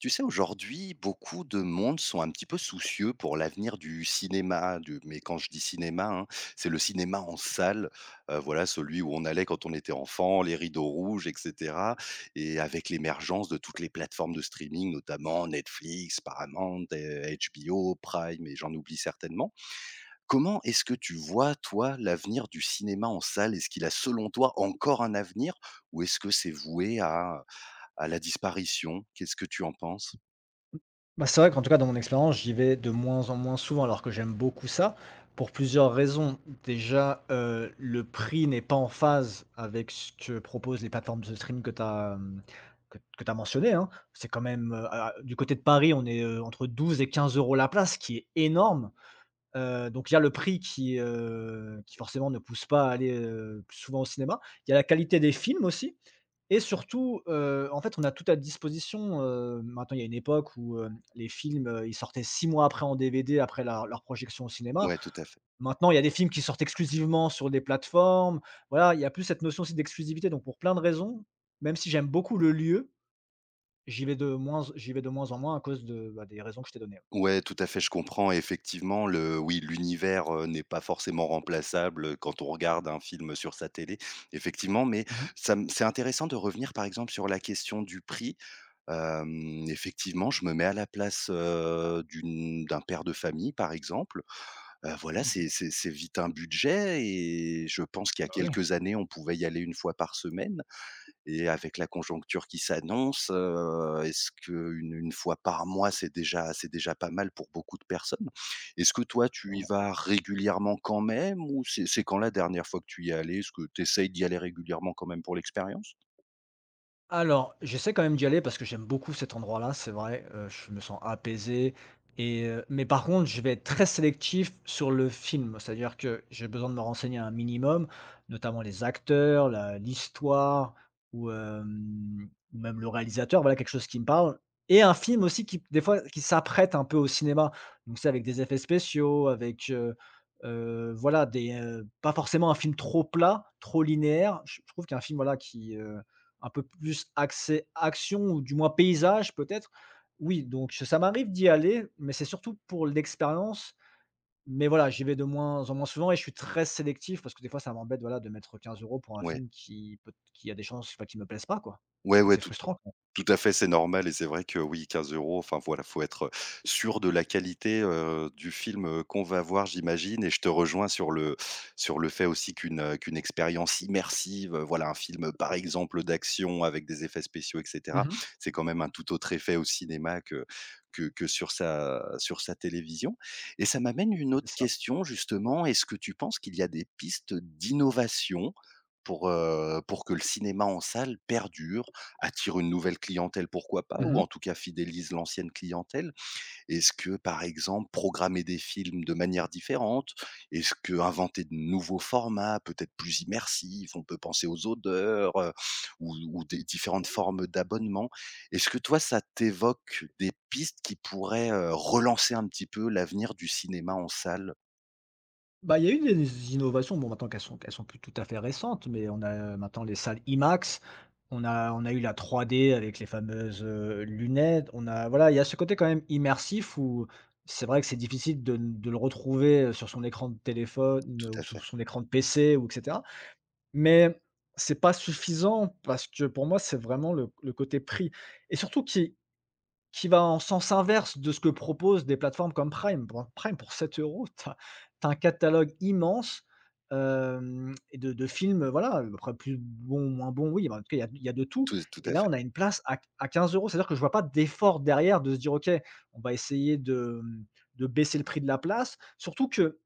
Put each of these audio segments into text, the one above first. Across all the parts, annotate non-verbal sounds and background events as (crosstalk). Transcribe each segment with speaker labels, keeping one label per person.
Speaker 1: Tu sais, aujourd'hui, beaucoup de monde sont un petit peu soucieux pour l'avenir du cinéma. Mais quand je dis cinéma, hein, c'est le cinéma en salle, voilà, celui où on allait quand on était enfant, les rideaux rouges, etc. Et avec l'émergence de toutes les plateformes de streaming, notamment Netflix, Paramount, HBO, Prime, et j'en oublie certainement. Comment est-ce que tu vois, toi, l'avenir du cinéma en salle? Est-ce qu'il a, selon toi, encore un avenir ou est-ce que c'est voué à la disparition? Qu'est-ce que tu en penses?
Speaker 2: Bah, c'est vrai qu'en tout cas, dans mon expérience, j'y vais de moins en moins souvent, alors que j'aime beaucoup ça, pour plusieurs raisons. Déjà, le prix n'est pas en phase avec ce que proposent les plateformes de streaming que tu as, que tu mentionné, hein. C'est quand même, a du côté de Paris, on est, entre 12 et 15 euros la place, ce qui est énorme. Donc il y a le prix qui forcément ne pousse pas à aller, plus souvent au cinéma. Il y a la qualité des films aussi, et surtout, en fait, on a tout à disposition, maintenant il y a une époque où, les films, ils sortaient 6 mois après en DVD, après leur projection au cinéma.
Speaker 1: Ouais, tout à fait.
Speaker 2: Maintenant, il y a des films qui sortent exclusivement sur des plateformes. Voilà, il y a plus cette notion aussi d'exclusivité. Donc pour plein de raisons, même si j'aime beaucoup le lieu, j'y vais de moins en moins à cause de, bah, des raisons que je t'ai données.
Speaker 1: Ouais, tout à fait, je comprends et effectivement le oui, l'univers, n'est pas forcément remplaçable, quand on regarde un film sur sa télé, effectivement, mais
Speaker 2: Mmh mh.
Speaker 1: ça me c'est intéressant de revenir, par exemple, sur la question du prix. Effectivement, je me mets à la place, d'un père de famille, par exemple. Voilà,
Speaker 2: Mmh.
Speaker 1: c'est vite un budget et je pense qu'il y a
Speaker 2: Bah, oui,
Speaker 1: quelques années, on pouvait y aller une fois par semaine. Et avec la conjoncture qui s'annonce, est-ce qu'une une fois par mois, c'est déjà pas mal pour beaucoup de personnes? Est-ce que toi, tu y
Speaker 2: clairement.
Speaker 1: vas régulièrement quand même ou c'est quand la dernière fois que tu y es allé? Est-ce que tu essayes d'y aller régulièrement quand même pour l'expérience?
Speaker 2: Alors, j'essaie quand même d'y aller parce que j'aime beaucoup cet endroit-là, c'est vrai, je me sens apaisé et mais par contre, je vais être très sélectif sur le film. C'est-à-dire que j'ai besoin de me renseigner un minimum, notamment les acteurs, la l'histoire ou même le réalisateur, voilà quelque chose qui me parle et un film aussi qui des fois qui s'apprête un peu au cinéma. Donc c'est avec des effets spéciaux, avec, voilà des, pas forcément un film trop plat, trop linéaire. Je trouve qu'un film, voilà, un peu plus axé action ou du moins paysage peut-être. Oui, donc ça m'arrive d'y aller, mais c'est surtout pour l'expérience. Mais voilà, j'y vais de moins en moins souvent et je suis très sélectif parce que des fois ça m'embête, voilà, de mettre 15 euros pour un
Speaker 1: Ouais.
Speaker 2: film qui a des chances, enfin, qui me plaise pas, quoi.
Speaker 1: Ouais, ouais,
Speaker 2: C'est
Speaker 1: tout
Speaker 2: frustrant, quoi.
Speaker 1: tout à fait, c'est normal et c'est vrai que oui, 15 euros. Enfin voilà, faut être, sûr de la qualité, du film, qu'on va voir, j'imagine et je te rejoins sur le fait aussi qu'une expérience immersive, voilà, un film, par exemple, d'action avec des effets spéciaux et cetera,
Speaker 2: Mmh.
Speaker 1: c'est quand même un tout autre effet au cinéma que sur sa télévision et ça m'amène une autre
Speaker 2: C'est ça.
Speaker 1: question justement. Est-ce que tu penses qu'il y a des pistes d'innovation pour que le cinéma en salle perdure? Attire une nouvelle clientèle, pourquoi pas? Ou
Speaker 2: Mmh.
Speaker 1: en tout cas fidélise l'ancienne clientèle? Est-ce que, par exemple, programmer des films de manière différente? Est-ce que inventer de nouveaux formats, peut-être plus immersifs? On peut penser aux odeurs, ou des différentes formes d'abonnement. Est-ce que toi, ça t'évoque des pistes qui pourraient, relancer un petit peu l'avenir du cinéma en salle?
Speaker 2: Bah, il y a eu des innovations, bon maintenant qu'elles sont plus tout à fait récentes, mais on a maintenant les salles IMAX, on a eu la 3D avec les fameuses, lunettes, on a voilà, il y a ce côté quand même immersif où c'est vrai que c'est difficile de le retrouver, sur son écran de téléphone
Speaker 1: Tout
Speaker 2: ou
Speaker 1: à
Speaker 2: sur
Speaker 1: fait,
Speaker 2: son écran de PC ou et cetera. Mais c'est pas suffisant parce que pour moi, c'est vraiment le côté prix et surtout qui va en sens inverse de ce que proposent des plateformes comme Prime. Pour Prime, pour 7 euros, tu as un catalogue immense, hem et de films, voilà, après plus bon, moins bon, oui, bah, en tout cas, il y a de tout
Speaker 1: tout
Speaker 2: et
Speaker 1: à
Speaker 2: là,
Speaker 1: fait.
Speaker 2: on a une place à 15 €. C'est-à-dire que je vois pas d'effort derrière de se dire: «OK, on va essayer de baisser le prix de la place». Surtout que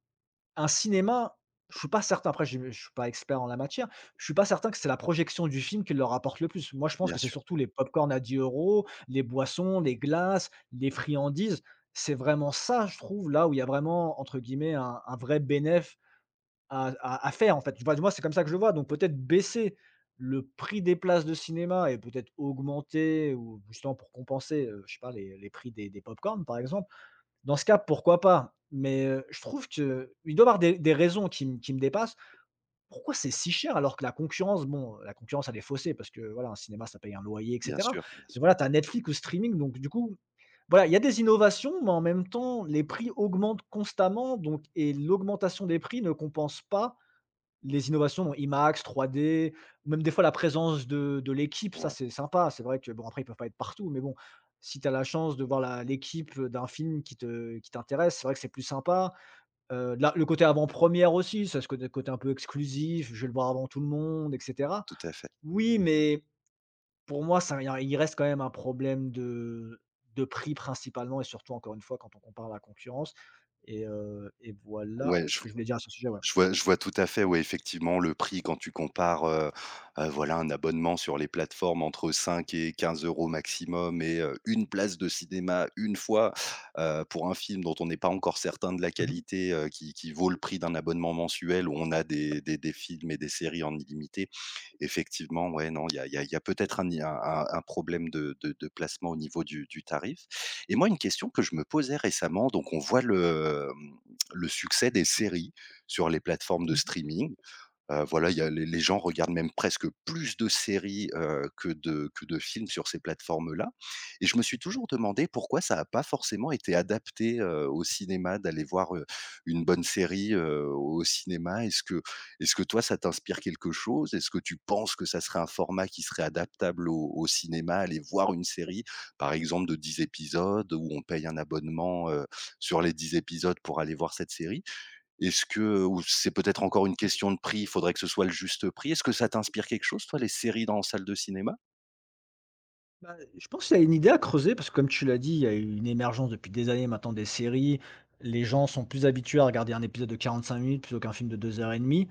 Speaker 2: un cinéma, je suis pas certain, après je suis pas expert en la matière, je suis pas certain que c'est la projection du film qui leur rapporte le plus. Moi, je pense
Speaker 1: Bien
Speaker 2: que c'est
Speaker 1: sûr,
Speaker 2: surtout les pop-corn à 10 euros, les boissons, les glaces, les friandises. C'est vraiment ça, je trouve, là où il y a vraiment, entre guillemets, un vrai bénéf à faire, en fait. Enfin, du moins, c'est comme ça que je le vois, donc peut-être baisser le prix des places de cinéma et peut-être augmenter ou justement pour compenser, je sais pas, les prix des pop par exemple. Dans ce cas, pourquoi pas? Mais, je trouve que il doit y avoir des raisons qui me dépassent. Pourquoi c'est si cher alors que la concurrence, bon, la concurrence elle est faussée parce que voilà, un cinéma ça paye un loyer et cetera.
Speaker 1: bien
Speaker 2: Mais
Speaker 1: sûr.
Speaker 2: voilà, tu as Netflix ou streaming donc du coup, voilà, il y a des innovations, mais en même temps les prix augmentent constamment donc et l'augmentation des prix ne compense pas les innovations, IMAX, 3D, ou même des fois la présence de l'équipe, ça
Speaker 1: Ouais,
Speaker 2: c'est sympa. C'est vrai que bon après ils peuvent pas être partout, mais bon, si tu as la chance de voir la l'équipe, d'un film qui t'intéresse, c'est vrai que c'est plus sympa. Là, le côté avant-première aussi, ça ce côté un peu exclusif, je vais le voir avant tout le monde et cetera.
Speaker 1: tout à fait.
Speaker 2: Oui, mais pour moi ça il reste quand même un problème de prix principalement et surtout encore une fois quand on compare à la concurrence et voilà
Speaker 1: Ouais,
Speaker 2: ce
Speaker 1: je
Speaker 2: que je voulais dire à ce sujet, ouais.
Speaker 1: Je vois tout à fait, ouais, effectivement, le prix quand tu compares, voilà, un abonnement sur les plateformes entre 5 et 15 € maximum et une place de cinéma, une fois, pour un film dont on n'est pas encore certain de la
Speaker 2: Mmh.
Speaker 1: qualité, qui vaut le prix d'un abonnement mensuel où on a des films et des séries en illimité. Effectivement, ouais, non, il y a peut-être un problème de placement au niveau du tarif et moi, une question que je me posais récemment, donc on voit le succès des séries sur les plateformes de
Speaker 2: Mmh.
Speaker 1: streaming. Voilà, il y a les gens regardent même presque plus de séries, que de films sur ces plateformes-là et je me suis
Speaker 2: Ouais.
Speaker 1: toujours demandé pourquoi ça n'a pas forcément été adapté, au cinéma d'aller voir, une bonne série, au cinéma. Est-ce que toi ça t'inspire quelque chose? Est-ce que tu penses que ça serait un format qui serait adaptable au cinéma? Aller voir une série, par exemple de 10 épisodes où on paye un abonnement, sur les 10 épisodes pour aller voir cette série? Est-ce que Ou c'est peut-être encore une question de prix, il faudrait que ce soit le juste prix. Est-ce que ça t'inspire quelque chose toi les séries dans salle de cinéma?
Speaker 2: Bah, je pense qu'il y a une idée à creuser parce que comme tu l'as dit, il y a eu une émergence depuis des années maintenant des séries. Les gens sont plus habitués à regarder un épisode de 45 minutes plutôt qu'un film de 2 heures et demie.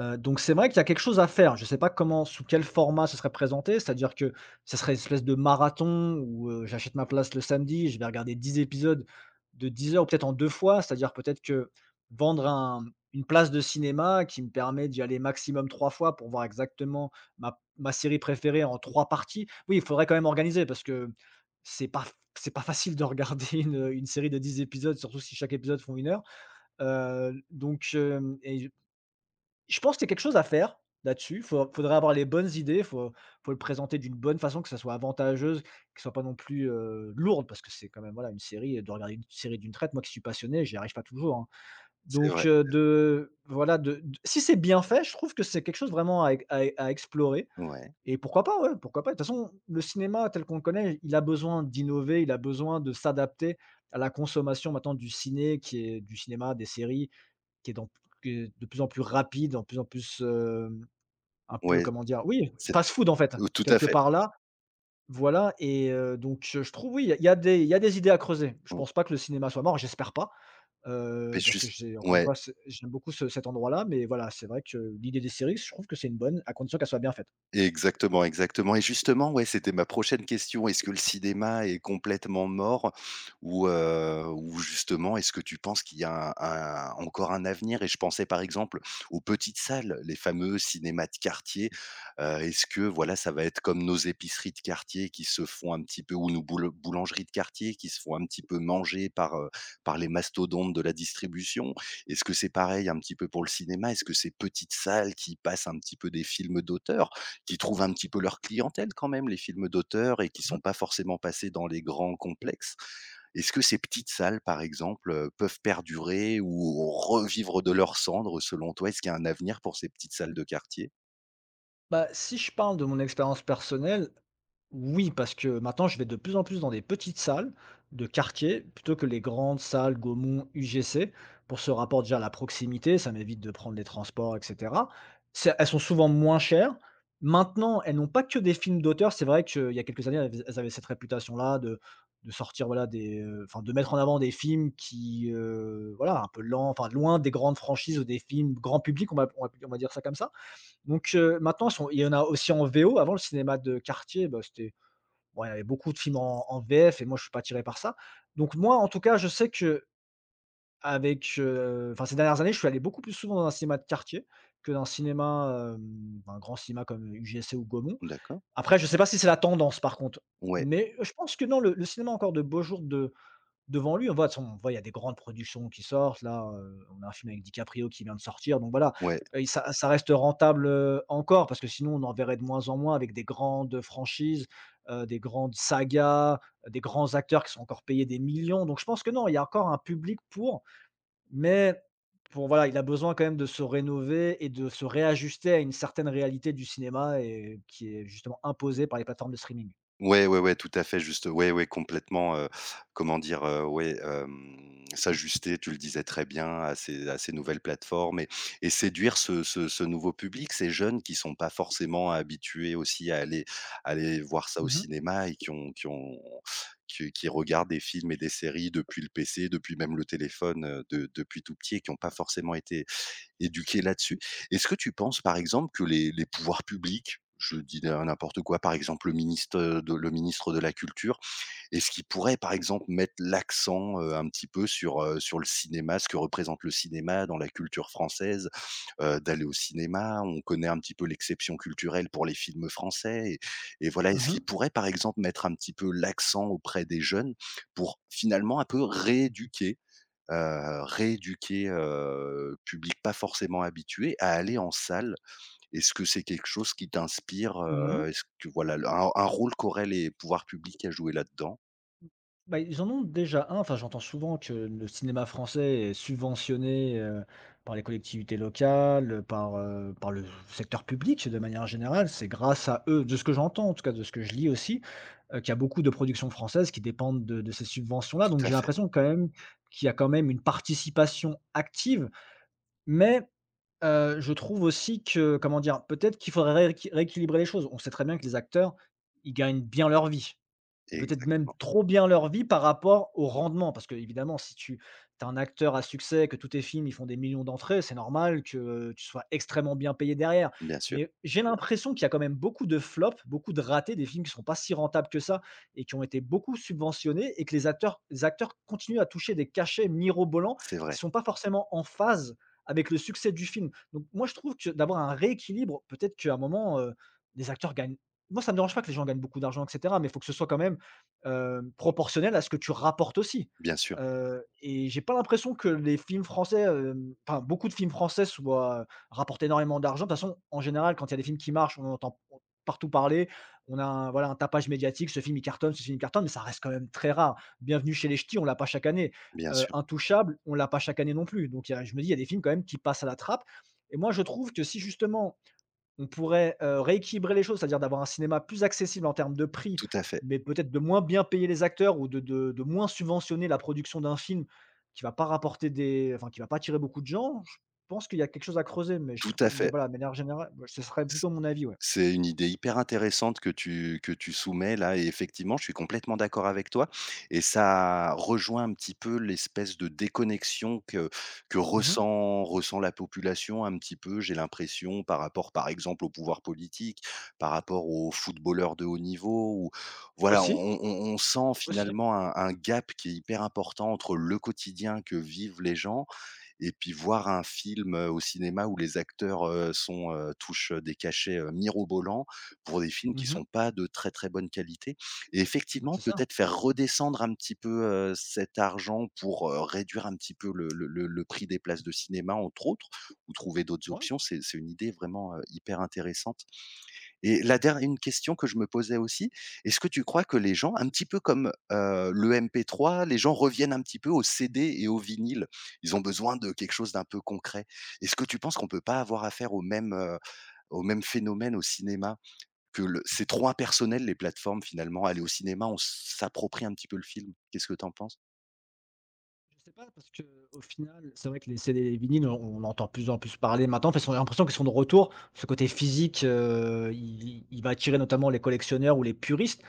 Speaker 2: Donc c'est vrai qu'il y a quelque chose à faire. Je ne sais pas comment, sous quel format ce serait présenté, c'est-à-dire que ce serait une espèce de marathon où, j'achète ma place le samedi, je vais regarder 10 épisodes de 10 heures, peut-être en 2 fois, c'est-à-dire peut-être que vendre un une place de cinéma qui me permet d'y aller maximum 3 fois pour voir exactement ma série préférée en 3 parties. Oui, il faudrait quand même organiser parce que c'est pas c'est pas facile de regarder (laughs) une série de 10 épisodes, surtout si chaque épisode font une heure. Donc hem et je pense qu'il y a quelque chose à faire là-dessus. Faut Faudrait avoir les bonnes idées, il faut le présenter d'une bonne façon, que ça soit avantageuse, que ce soit pas non plus, lourde parce que c'est quand même, voilà, une série, et de regarder une série d'une traite, moi qui suis passionné, j'y arrive pas toujours, hein.
Speaker 1: C'est
Speaker 2: Donc
Speaker 1: vrai,
Speaker 2: de voilà, de d si c'est bien fait, je trouve que c'est quelque chose vraiment à explorer.
Speaker 1: ouais,
Speaker 2: Et pourquoi pas, ouais, pourquoi pas? De toute façon, le cinéma tel qu'on le connaît, il a besoin d'innover, il a besoin de s'adapter à la consommation maintenant du cinéma, des séries, qui est dans qui est de plus en plus rapide, un peu
Speaker 1: ouais,
Speaker 2: comment dire? Oui,
Speaker 1: c'est
Speaker 2: fast-food en fait,
Speaker 1: tout à
Speaker 2: quelque
Speaker 1: fait.
Speaker 2: part là, voilà et donc je trouve oui, il y a des il y a des idées à creuser. Je
Speaker 1: Mmh,
Speaker 2: pense pas que le cinéma soit mort, j'espère pas,
Speaker 1: mais
Speaker 2: parce que
Speaker 1: juste
Speaker 2: j'ai encore une
Speaker 1: ouais.
Speaker 2: fois, c'est j'aime beaucoup ce cet endroit-là, mais voilà, c'est vrai que l'idée des séries, je trouve que c'est une bonne, à condition qu'elle soit bien faite.
Speaker 1: Exactement, exactement et justement, ouais, c'était ma prochaine question. Est-ce que le cinéma est complètement mort ou justement, est-ce que tu penses qu'il y a un encore un avenir? Et je pensais, par exemple, aux petites salles, les fameux cinémas de quartier. Est-ce que, voilà, ça va être comme nos épiceries de quartier qui se font un petit peu ou nos boule boulangeries de quartier qui se font un petit peu manger par, par les mastodontes de la distribution? Est-ce que c'est pareil un petit peu pour le cinéma? Est-ce que ces petites salles qui passent un petit peu des films d'auteur? Qui trouvent un petit peu leur clientèle quand même, les films d'auteur et qui sont pas forcément passés dans les grands complexes. Est-ce que ces petites salles, par exemple, peuvent perdurer ou revivre de leurs cendres selon toi? Est-ce qu'il y a un avenir pour ces petites salles de quartier?
Speaker 2: Bah, si je parle de mon expérience personnelle, oui, parce que maintenant je vais de plus en plus dans des petites salles de quartier plutôt que les grandes salles Gaumont, UGC pour ce rapport déjà à la proximité, ça m'évite de prendre les transports, et cetera. C'est Elles sont souvent moins chères. Maintenant, elles n'ont pas que des films d'auteur. C'est vrai qu'il y a quelques années, elles avaient cette réputation-là de sortir, voilà, des, enfin, de mettre en avant des films qui, voilà, un peu lents, enfin, loin des grandes franchises ou des films grand public, on va dire ça comme ça. Donc maintenant ils sont il y en a aussi en VO. Avant le cinéma de quartier, bah, c'était bon, il y avait beaucoup de films en VF et moi je suis pas attiré par ça. Donc moi, en tout cas, je sais qu'avec, enfin ces dernières années, je suis allé beaucoup plus souvent dans un cinéma de quartier que dans un grand cinéma comme UGC ou Gaumont.
Speaker 1: D'accord.
Speaker 2: Après, je sais pas si c'est la tendance par contre,
Speaker 1: Ouais,
Speaker 2: mais je pense que non, le cinéma encore de beaux jours de Devant lui, on voit, il y a des grandes productions qui sortent là, on a un film avec DiCaprio qui vient de sortir donc voilà,
Speaker 1: ouais.
Speaker 2: il ça reste rentable, encore parce que sinon on en verrait de moins en moins avec des grandes franchises, des grandes sagas, des grands acteurs qui sont encore payés des millions donc je pense que non, il y a encore un public pour mais bon, voilà, il a besoin quand même de se rénover et de se réajuster à une certaine réalité du cinéma et qui est justement imposée par les plateformes de streaming.
Speaker 1: Ouais, tout à fait juste, ouais, complètement, comment dire? Ouais, s'ajuster, tu le disais très bien, à ces nouvelles plateformes et séduire ce nouveau public, ces jeunes qui sont pas forcément habitués aussi à aller voir ça au
Speaker 2: Mmh mh.
Speaker 1: cinéma et qui regardent des films et des séries depuis le PC, depuis même le téléphone, de depuis tout petit et qui ont pas forcément été éduqués là-dessus. Est-ce que tu penses, par exemple, que les pouvoirs publics, je dis na n'importe quoi, par exemple, le ministe, de le ministre de la culture, est-ce qu'il pourrait, par exemple, mettre l'accent, un petit peu sur, sur le cinéma, ce que représente le cinéma dans la culture française? D'aller au cinéma, on connaît un petit peu l'exception culturelle pour les films français et voilà, est-ce qu'il
Speaker 2: Mmh.
Speaker 1: pourrait, par exemple, mettre un petit peu l'accent auprès des jeunes pour finalement un peu rééduquer rééduquer, public pas forcément habitué à aller en salle. Est-ce que c'est quelque chose qui t'inspire,
Speaker 2: Mmh.
Speaker 1: heu? Est-ce que voilà le un rôle qu'auraient les pouvoirs publics à jouer là-dedans?
Speaker 2: Bah, ils en ont déjà un. Enfin, j'entends souvent que le cinéma français est subventionné, par les collectivités locales, par le secteur public de manière générale. C'est grâce à eux, de ce que j'entends en tout cas, de ce que je lis aussi, qu'il y a beaucoup de productions françaises qui dépendent de ces subventions-là.
Speaker 1: Tout
Speaker 2: Donc
Speaker 1: à
Speaker 2: j'ai
Speaker 1: fait,
Speaker 2: l'impression quand même qu'il y a quand même une participation active. Mais, je trouve aussi que, comment dire? Peut-être qu'il faudrait rééquilibrer les choses. On sait très bien que les acteurs, ils gagnent bien leur vie. Peut-être même
Speaker 1: exactement.
Speaker 2: trop bien leur vie par rapport au rendement. Parce que évidemment si tu es un acteur à succès, que tous tes films, ils font des millions d'entrées, c'est normal que, tu sois extrêmement bien payé derrière.
Speaker 1: Bien sûr,
Speaker 2: Mais j'ai l'impression qu'il y a quand même beaucoup de flops, beaucoup de ratés, des films qui sont pas si rentables que ça et qui ont été beaucoup subventionnés et que les acteurs continuent à toucher des cachets mirobolants
Speaker 1: c'est
Speaker 2: qui
Speaker 1: vrai.
Speaker 2: sont pas forcément en phase avec le succès du film. Donc moi, je trouve que d'avoir un rééquilibre, peut-être qu'à un moment, les acteurs gagnent moi, ça ne me dérange pas que les gens gagnent beaucoup d'argent et cetera, mais il faut que ce soit quand même proportionnel à ce que tu rapportes aussi.
Speaker 1: Bien sûr,
Speaker 2: Et j'ai pas l'impression que les films français, hem, enfin beaucoup de films français soient rapportent énormément d'argent. De toute façon, en général, quand il y a des films qui marchent, on en entend partout parler. On a un voilà, un tapage médiatique, ce film il cartonne, ce film il cartonne, mais ça reste quand même très rare. Bienvenue chez les ch'tis, on l'a pas chaque année.
Speaker 1: bien sûr.
Speaker 2: Intouchables, on l'a pas chaque année non plus. Donc il y a je me dis, il y a des films quand même qui passent à la trappe et moi je trouve que si justement on pourrait, rééquilibrer les choses, c'est-à-dire d'avoir un cinéma plus accessible en termes de prix,
Speaker 1: Tout à fait,
Speaker 2: mais peut-être de moins bien payer les acteurs ou de moins subventionner la production d'un film qui va pas rapporter des enfin qui va pas attirer beaucoup de gens. Je pense qu'il y a quelque chose à creuser, mais je
Speaker 1: tout à
Speaker 2: mais
Speaker 1: fait.
Speaker 2: voilà, de manière générale, ouais, ce serait plutôt mon avis, ouais.
Speaker 1: C'est une idée hyper intéressante que tu soumets là et effectivement, je suis complètement d'accord avec toi et ça rejoint un petit peu l'espèce de déconnexion que
Speaker 2: Mmh.
Speaker 1: ressent la population un petit peu, j'ai l'impression, par rapport, par exemple, au pouvoir politique, par rapport aux footballeurs de haut niveau ou voilà,
Speaker 2: Aussi,
Speaker 1: on on sent
Speaker 2: aussi.
Speaker 1: finalement un gap qui est hyper important entre le quotidien que vivent les gens et puis voir un film, au cinéma où les acteurs, touchent, des cachets, mirobolants pour des films qui
Speaker 2: Mmh.
Speaker 1: sont pas de très bonne qualité et
Speaker 2: Bah,
Speaker 1: effectivement,
Speaker 2: c'est ça.
Speaker 1: peut-être faire redescendre un petit peu, cet argent pour, réduire un petit peu le prix des places de cinéma entre autres ou trouver d'autres
Speaker 2: Ouais,
Speaker 1: options, c'est une idée vraiment, hyper intéressante. Et la dernière une question que je me posais aussi, est-ce que tu
Speaker 2: ouais.
Speaker 1: crois que les gens, un petit peu comme, le MP3, les gens reviennent un petit peu au CD et au vinyle? Ils ont besoin de quelque chose d'un peu concret. Est-ce que tu penses qu'on peut pas avoir affaire au même phénomène au cinéma? Que le c'est trop impersonnel les plateformes finalement, aller au cinéma, on s'approprie un petit peu le film. Qu'est-ce que tu en penses?
Speaker 2: Je sais pas parce que au final, c'est vrai que les CD et les vinyles, on entend de plus en plus parler maintenant, parce qu'on a l'impression qu'ils sont de retour. Ce côté physique, il va attirer notamment les collectionneurs ou les puristes.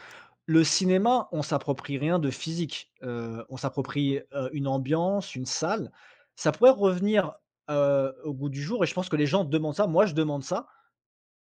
Speaker 2: Le cinéma, on s'approprie rien de physique, on s'approprie, une ambiance, une salle. Ça pourrait revenir, au goût du jour et je pense que les gens demandent ça. Moi, je demande ça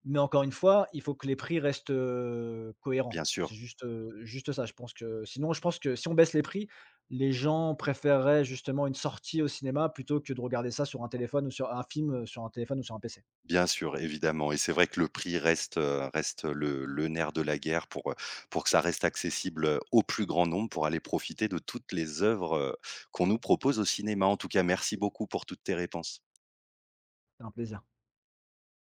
Speaker 2: mais encore une fois, il faut que les prix restent, cohérents.
Speaker 1: Bien sûr.
Speaker 2: C'est juste, juste ça. Je pense que sinon, je pense que si on baisse les prix, les gens préféreraient justement une sortie au cinéma plutôt que de regarder ça sur un téléphone ou sur un film, sur un téléphone ou sur un PC.
Speaker 1: Bien sûr, évidemment et c'est vrai que le prix reste, reste le nerf de la guerre pour que ça reste accessible, au plus grand nombre pour aller profiter de toutes les œuvres, qu'on nous propose au cinéma. En tout cas, merci beaucoup pour toutes tes réponses.
Speaker 2: C'est un plaisir.